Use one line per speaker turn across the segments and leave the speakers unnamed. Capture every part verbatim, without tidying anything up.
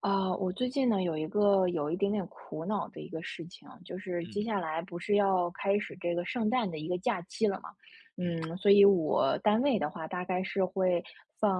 啊，我最近呢有一个有一点点苦恼的一个事情，就是接
嗯
下来不是要开始这个圣诞的一个假期了嘛，
嗯
嗯，所以我单位的话大概是会放，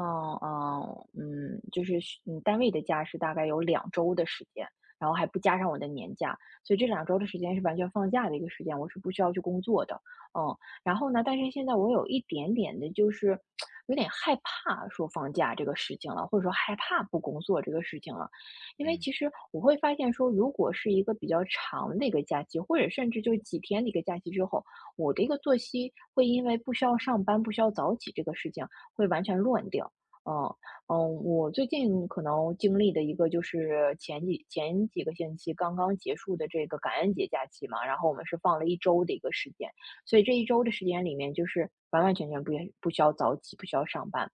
嗯嗯，就是需嗯单位的假是大概有两周的时间，然后还不加上我的年假，所以这两周的时间是完全放假的一个时间，我是不需要去工作的，嗯，然后呢，但是现在我有一点点的就是 有点害怕说放假这个事情了，或者说害怕不工作这个事情了，因为
嗯
其实我会发现说，如果是一个比较长的一个假期，或者甚至就几天的一个假期之后，我的一个作息会因为不需要上班、不需要早起这个事情，会完全乱掉。嗯嗯，我最近可能经历的一个就是前几前几个星期刚刚结束的这个感恩节假期嘛，然后我们是放了一周的一个时间，所以这一周的时间里面，就是完完全全不不需要早起，不需要上班，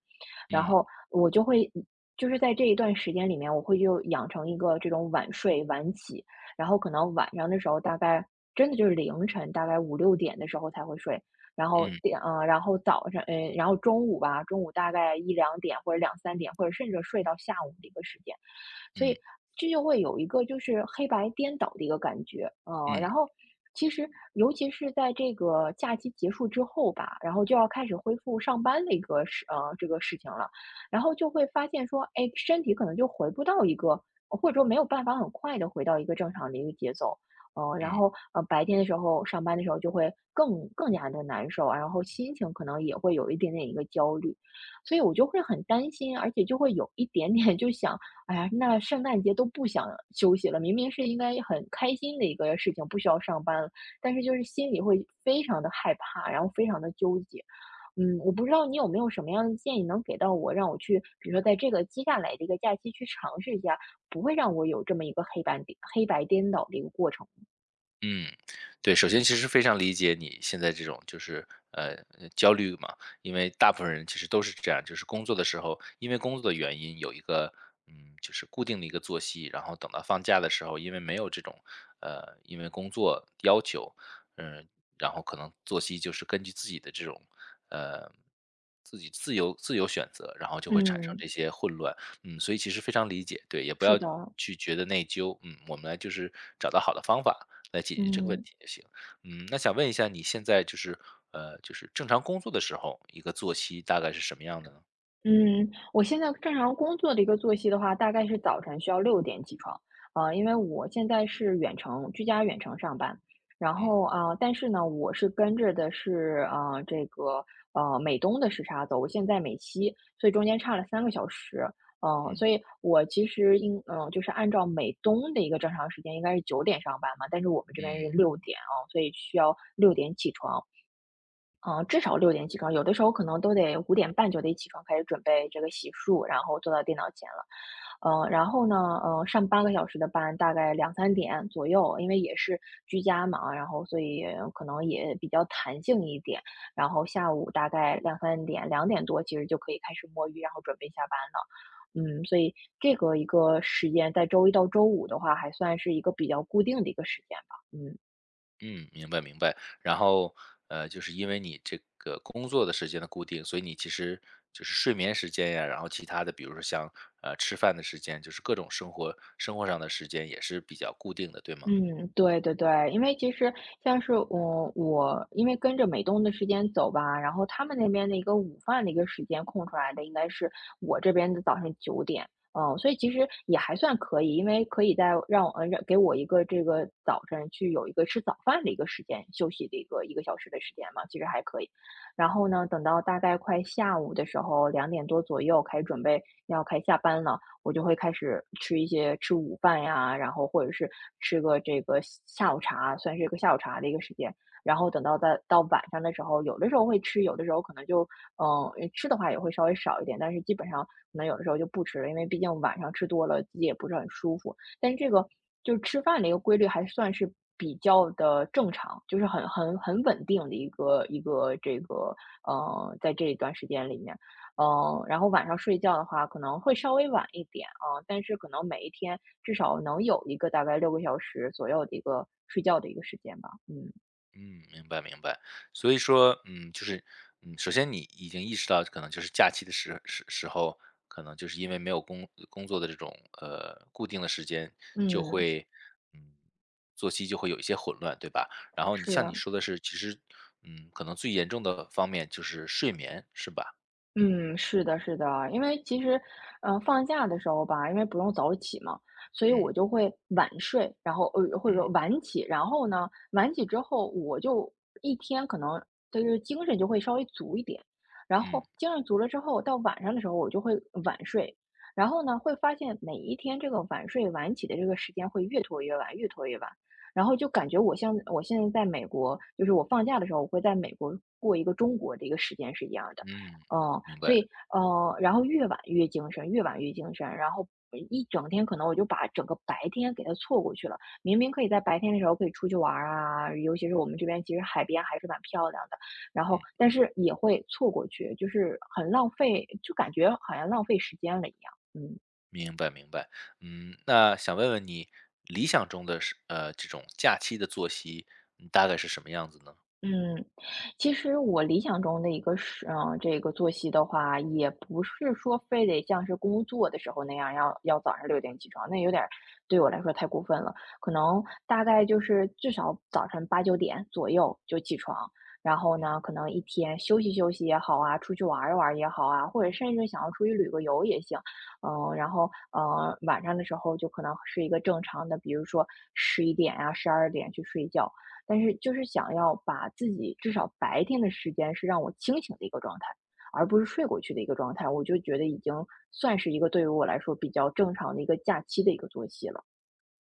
然
嗯
后我就会就是在这一段时间里面，我会就养成一个这种晚睡晚起，然后可能晚上的时候大概真的就是凌晨大概五六点的时候才会睡，然后
嗯
点呃，然后早上嗯呃，然后中午吧，中午大概一两点或者两三点，或者甚至睡到下午的一个时间。所以
嗯
这就会有一个就是黑白颠倒的一个感觉，呃，
嗯
然后其实尤其是在这个假期结束之后吧，然后就要开始恢复上班的一个事，呃，这个事情了，然后就会发现说，哎，身体可能就回不到一个，呃或者说没有办法很快的回到一个正常的一个节奏。嗯，呃然
嗯。
后呃，白天的时候上班的时候就会更更加的难受，然后心情可能也会有一点点一个焦虑，所以我就会很担心，而且就会有一点点 就想哎呀，那圣诞节都不想休息了，明明是应该很开心的一个事情，不需要上班了，但是就是心里会非常的害怕，然后非常的纠结。嗯，我不知道你有没有什么样的建议能给到我，让我去比如说在这个接下来的一个假期去尝试一下，不会让我有这么一个黑白黑白颠倒的一个过程。
嗯，对，首先其实非常理解你现在这种就是呃呃焦虑嘛，因为大部分人其实都是这样，就是工作的时候，因为工作的原因有一个嗯，就是固定的一个作息，然后等到放假的时候，因为没有这种呃，因为工作要求，嗯、然后可能作息就是根据自己的这种呃自己自由自由选择，然后就会产生
嗯，
这些混乱，嗯，所以其实非常理解，对，也不
是
要
的，
去觉得内疚，嗯，我们来就是找到好的方法。来解决这个问
嗯。
题也行。嗯，那想问一下你现在就是，呃，就是正常工作的时候，一个作息大概是什么样的呢？
嗯，我现在正常工作的一个作息的话，大概是早晨需要六点起床，呃，因为我现在是远程居家远程上班，然
嗯
后啊、呃但是呢，我是跟着的是呃这个呃美东的时差走，我现在美西，所以中间差了三个小时，嗯、
嗯
所以我其实应嗯、呃就是按照美东的一个正常时间应该是九点上班嘛，但是我们这边
嗯
是六点啊、所以需要六点起床，嗯，至少六点起床，有的时候可能都得五点半就得起床开始准备这个洗漱，然后坐到电脑前了。嗯，然后呢，呃，上八个小时的班，大概两三点左右，因为也是居家嘛，然后所以可能也比较弹性一点。然后下午大概两三点两点多其实就可以开始摸鱼，然后准备下班了。嗯，所以这个一个时间在周一到周五的话，还算是一个比较固定的一个时间吧，嗯。
嗯，明白明白。然后，呃，就是因为你这个工作的时间的固定，所以你其实就是睡眠时间呀，然后其他的，比如说像呃吃饭的时间，就是各种生活生活上的时间也是比较固定的，对吗？
嗯，对对对，因为其实像是我我因为跟着美东的时间走吧，然后他们那边的一个午饭的一个时间空出来的，应该是我这边的早上九点，嗯，所以其实也还算可以，因为可以在让我呃让给我一个这个早晨去有一个吃早饭的一个时间，休息的一个一个小时的时间嘛，其实还可以。然后呢，等到大概快下午的时候，两点多左右开始准备要开始下班了。我就会开始吃一些吃午饭呀，然后或者是吃个这个下午茶，算是一个下午茶的一个时间。然后等到在到晚上的时候，有的时候会吃，有的时候可能就嗯吃的话也会稍微少一点，但是基本上可能有的时候就不吃了，因为毕竟晚上吃多了自己也不是很舒服。但是这个就是吃饭的一个规律还算是比较的正常，就是很很很稳定的一个一个这个呃，在这一段时间里面。嗯，然后晚上睡觉的话可能会稍微晚一点啊，但是可能每一天至少能有一个大概六个小时左右的一个睡觉的一个时间吧，嗯。
嗯，明白明白。所以说，嗯，就是，嗯，首先你已经意识到，可能就是假期的时时时候，可能就是因为没有工工作的这种呃固定的时间，就
嗯。
会，嗯，作息就会有一些混乱，对吧？然后你像
是。
你说的是，其实，嗯，可能最严重的方面就是睡眠，是吧？
嗯，是的，是的，因为其实，呃，放假的时候吧，因为不用早起嘛，所以
嗯
我就会晚睡，然后呃，或者说
嗯
晚起，然后呢，晚起之后，我就一天可能就是精神就会稍微足一点，然
嗯
后精神足了之后，到晚上的时候我就会晚睡，然后呢，会发现每一天这个晚睡晚起的这个时间会越拖越晚，越拖越晚，然后就感觉我像我现在在美国，就是我放假的时候，我会在美国过一个中国的一个时间是一样的。
嗯，
嗯，
明
所
白。
以呃，然后越晚越精神，越晚越精神，然后呃一整天可能我就把整个白天给它错过去了。明明可以在白天的时候可以出去玩儿啊，尤其是我们这边其实海边还是蛮漂亮的，然后
嗯。
但是也会错过去，就是很浪费，就感觉好像浪费时间了一样。嗯。
明白明白，嗯，那想问问你理想中的是呃，这种假期的作息，嗯，大概是什么样子呢？
嗯，其实我理想中的一个是，嗯，这个作息的话，也不是说非得像是工作的时候那样要要早上六点起床，那有点儿对我来说太过分了。可能大概就是至少早晨八九点左右就起床，然后
嗯
呢，可能一天休息休息也好啊，出去玩儿一玩儿也好啊，或者甚至想要出去旅个游也行。嗯，然后嗯，晚上的时候就可能是一个正常的，比如说十一点啊、十二点去睡觉。但是就是想要把自己至少白天的时间是让我清醒的一个状态，而不是睡过去的一个状态，我就觉得已经算是一个对于我来说比较正常的一个假期的一个作息了。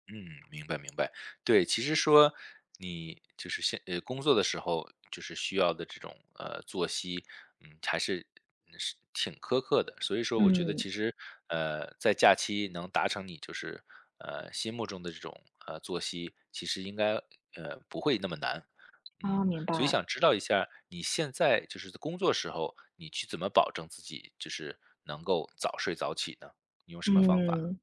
嗯，明白明白。对，其实说你就是现呃工作的时候，就是需要的这种呃作息，嗯，还是嗯是挺苛刻的。所以说，我觉得
嗯，
其实呃在假期能达成你就是呃心目中的这种呃作息，其实应该呃不会那么难。
啊，
嗯，
明
所以
白。
想知道一下，你现在就是在工作时候，你去怎么保证自己就是能够早睡早起呢？你用什么方法？
嗯，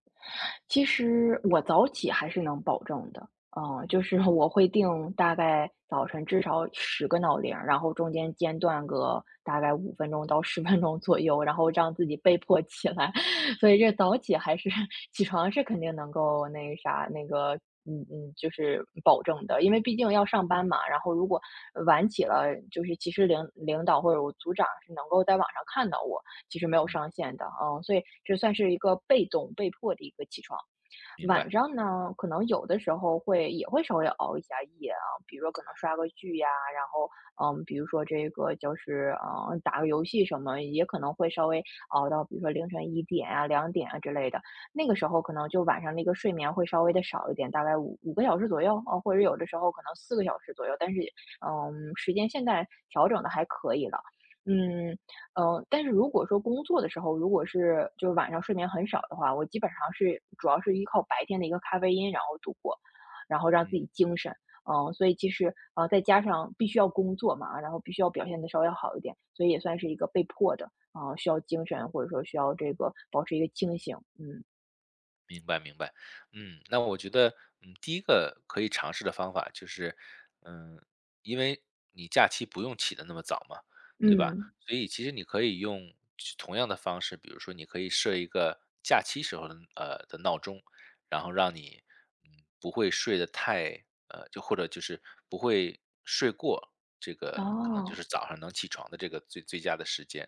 其实我早起还是能保证的，嗯，
嗯
就是我会定大概早晨至少十个闹铃儿，然后中间间断个大概五分钟到十分钟左右，然后让自己被
嗯
迫起来，所以这早起还是 起床是肯定能够那个啥，那个，嗯嗯，就是保证的。因为毕竟要上班
嗯
嘛，然后如果晚起了，就是其实领领导或者我组长是能够在网上看到我，其实没有
嗯，
上限的，嗯，所以这算是一个被动、被迫的一个起床。
明
晚
白，
上呢，可能有的时候会也会稍微熬一下夜啊，比如说可能刷个剧呀，然后嗯，比如说这个就是嗯打个游戏什么，也可能会稍微熬到比如说凌晨一点啊、两点啊之类的。那个时候可能就晚上那个睡眠会稍微的少一点，大概五五个小时左右啊，或者有的时候可能四个小时左右，但是嗯，时间现在调整的还可以了。嗯，嗯，但是如果说工作的时候，如果是就是晚上睡眠很少的话，我基本上是主要是依靠白天的一个咖啡因，然后度过，然后让自
嗯。
己精神。嗯，所以其实呃，再加上必须要工作嘛，然后必须要表现的稍微好一点，所以也算是一个被迫的，啊、呃需要精神或者说需要这个保持一个清醒。嗯
明白明白，嗯，那我觉得，嗯，第一个可以尝试的方法就是，嗯，因为你假期不用起得那么早嘛，对吧？
嗯，
所以其实你可以用就同样的方式，比如说你可以设一个假期时候的呃的闹钟，然后让你嗯不会睡得太呃，就或者就是不会睡过这个可能就
哦，
是早上能起床的这个最最佳的时间，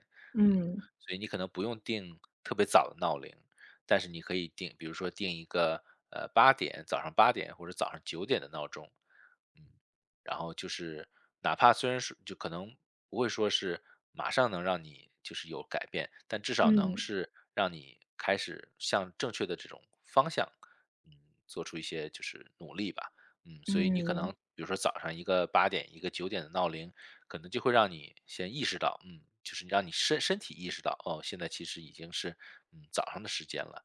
嗯，
嗯
所以你可能不用定特别早的闹铃。但是你可以定，比如说定一个呃八点早上八点或者早上九点的闹钟，嗯，然后就是哪怕虽然是就可能不会说是马上能让你就是有改变，但至少能
嗯
是让你开始向正确的这种方向，嗯，做出一些就是努力吧，嗯，所以你可
嗯
能比如说早上一个八点一个九点的闹铃，可能就会让你先意识到，嗯，就是让你身身体意识到，哦，现在其实已经是嗯早上的时间了。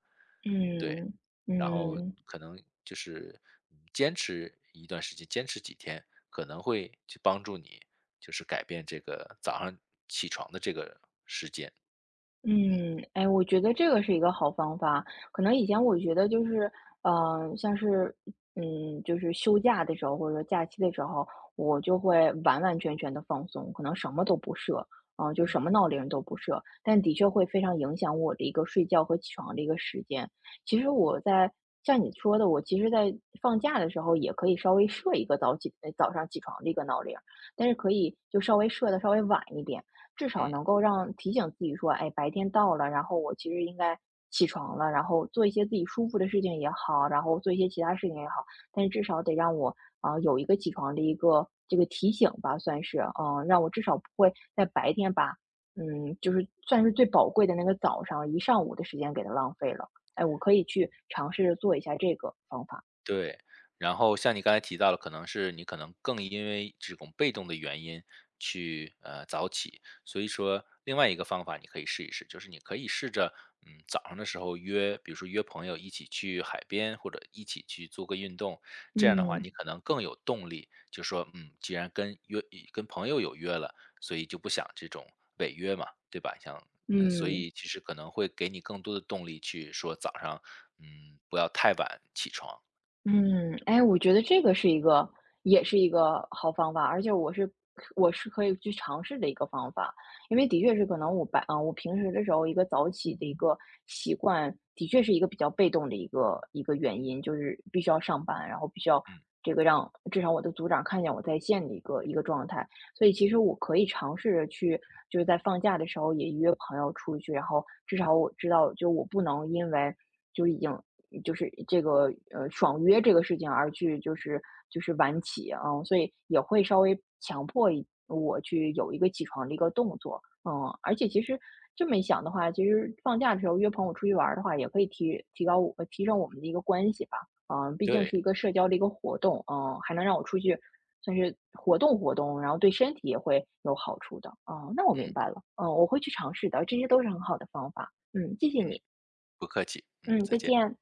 对，
嗯
然后
嗯。
可能就是嗯坚持一段时间，坚持几天，可能会去帮助你，就是改变这个早上起床的这个时间。
嗯，哎，我觉得这个是一个好方法。可能以前我觉得就是，呃，像是，嗯，就是休假的时候或者说假期的时候，我就会完完全全的放松，可能什么都不设，嗯、就
嗯。
什么闹铃都不设。但的确会非常影响我的一个睡觉和起床的一个时间。其实我在像你说的，我其实在放假的时候也可以稍微设一个早起，呃早上起床的一个闹铃儿，但是可以就稍微设的稍微晚一点。至少
嗯。
能够让提醒自己说，哎，白天到了，然后我其实应该起床了，然后做一些自己舒服的事情也好，然后做一些其他事情也好，但是至少得让我啊、有一个起床的一个这个提醒吧，算是，嗯、让我至少不会在白天把，嗯，就是算是最宝贵的那个早上一上午的时间给它浪费了。哎，我可以去尝试着做一下这个方法。
对，然后像你刚才提到了，可能是你可能更因为这种被动的原因去呃早起，所以说另外一个方法你可以试一试，就是你可以试着嗯早上的时候约，比如说约朋友一起去海边或者一起去做个运动，这样的话
嗯
你可能更有动力，就说嗯既然跟约跟朋友有约了，所以就不想这种违约嘛，对吧？像呃，所
嗯，
以其实可能会给你更多的动力去说早上，嗯，不要太晚起床。
嗯，哎，我觉得这个是一个也是一个好方法，而且我是我是可以去尝试的一个方法。因为的确是可能我白啊，我平时的时候一个早起的一个习惯，的确是一个比较被动的一个一个原因，就是必须要上班，然后必须要
嗯，
这个让至少我的组长看见我在线的一个一个状态。所以其实我可以尝试着去，就是在放假的时候也约朋友出去，然后至少我知道，就我不能因为就已经就是这个呃爽约这个事情而去就是就是晚起啊，嗯所以也会稍微强迫一我去有一个起床的一个动作，嗯，而且其实这么一想的话，其实放假的时候约朋友出去玩儿的话，也可以提提高我呃提升我们的一个关系吧，嗯，毕竟
对，
是一个社交的一个活动，嗯，还能让我出去算是活动活动，然后对身体也会有好处的，哦，那我
嗯
明白了，嗯，我会去尝试的，这些都是很好的方法，嗯，谢谢
嗯，
你，
不客气，嗯，
嗯，
再
再
见。
见。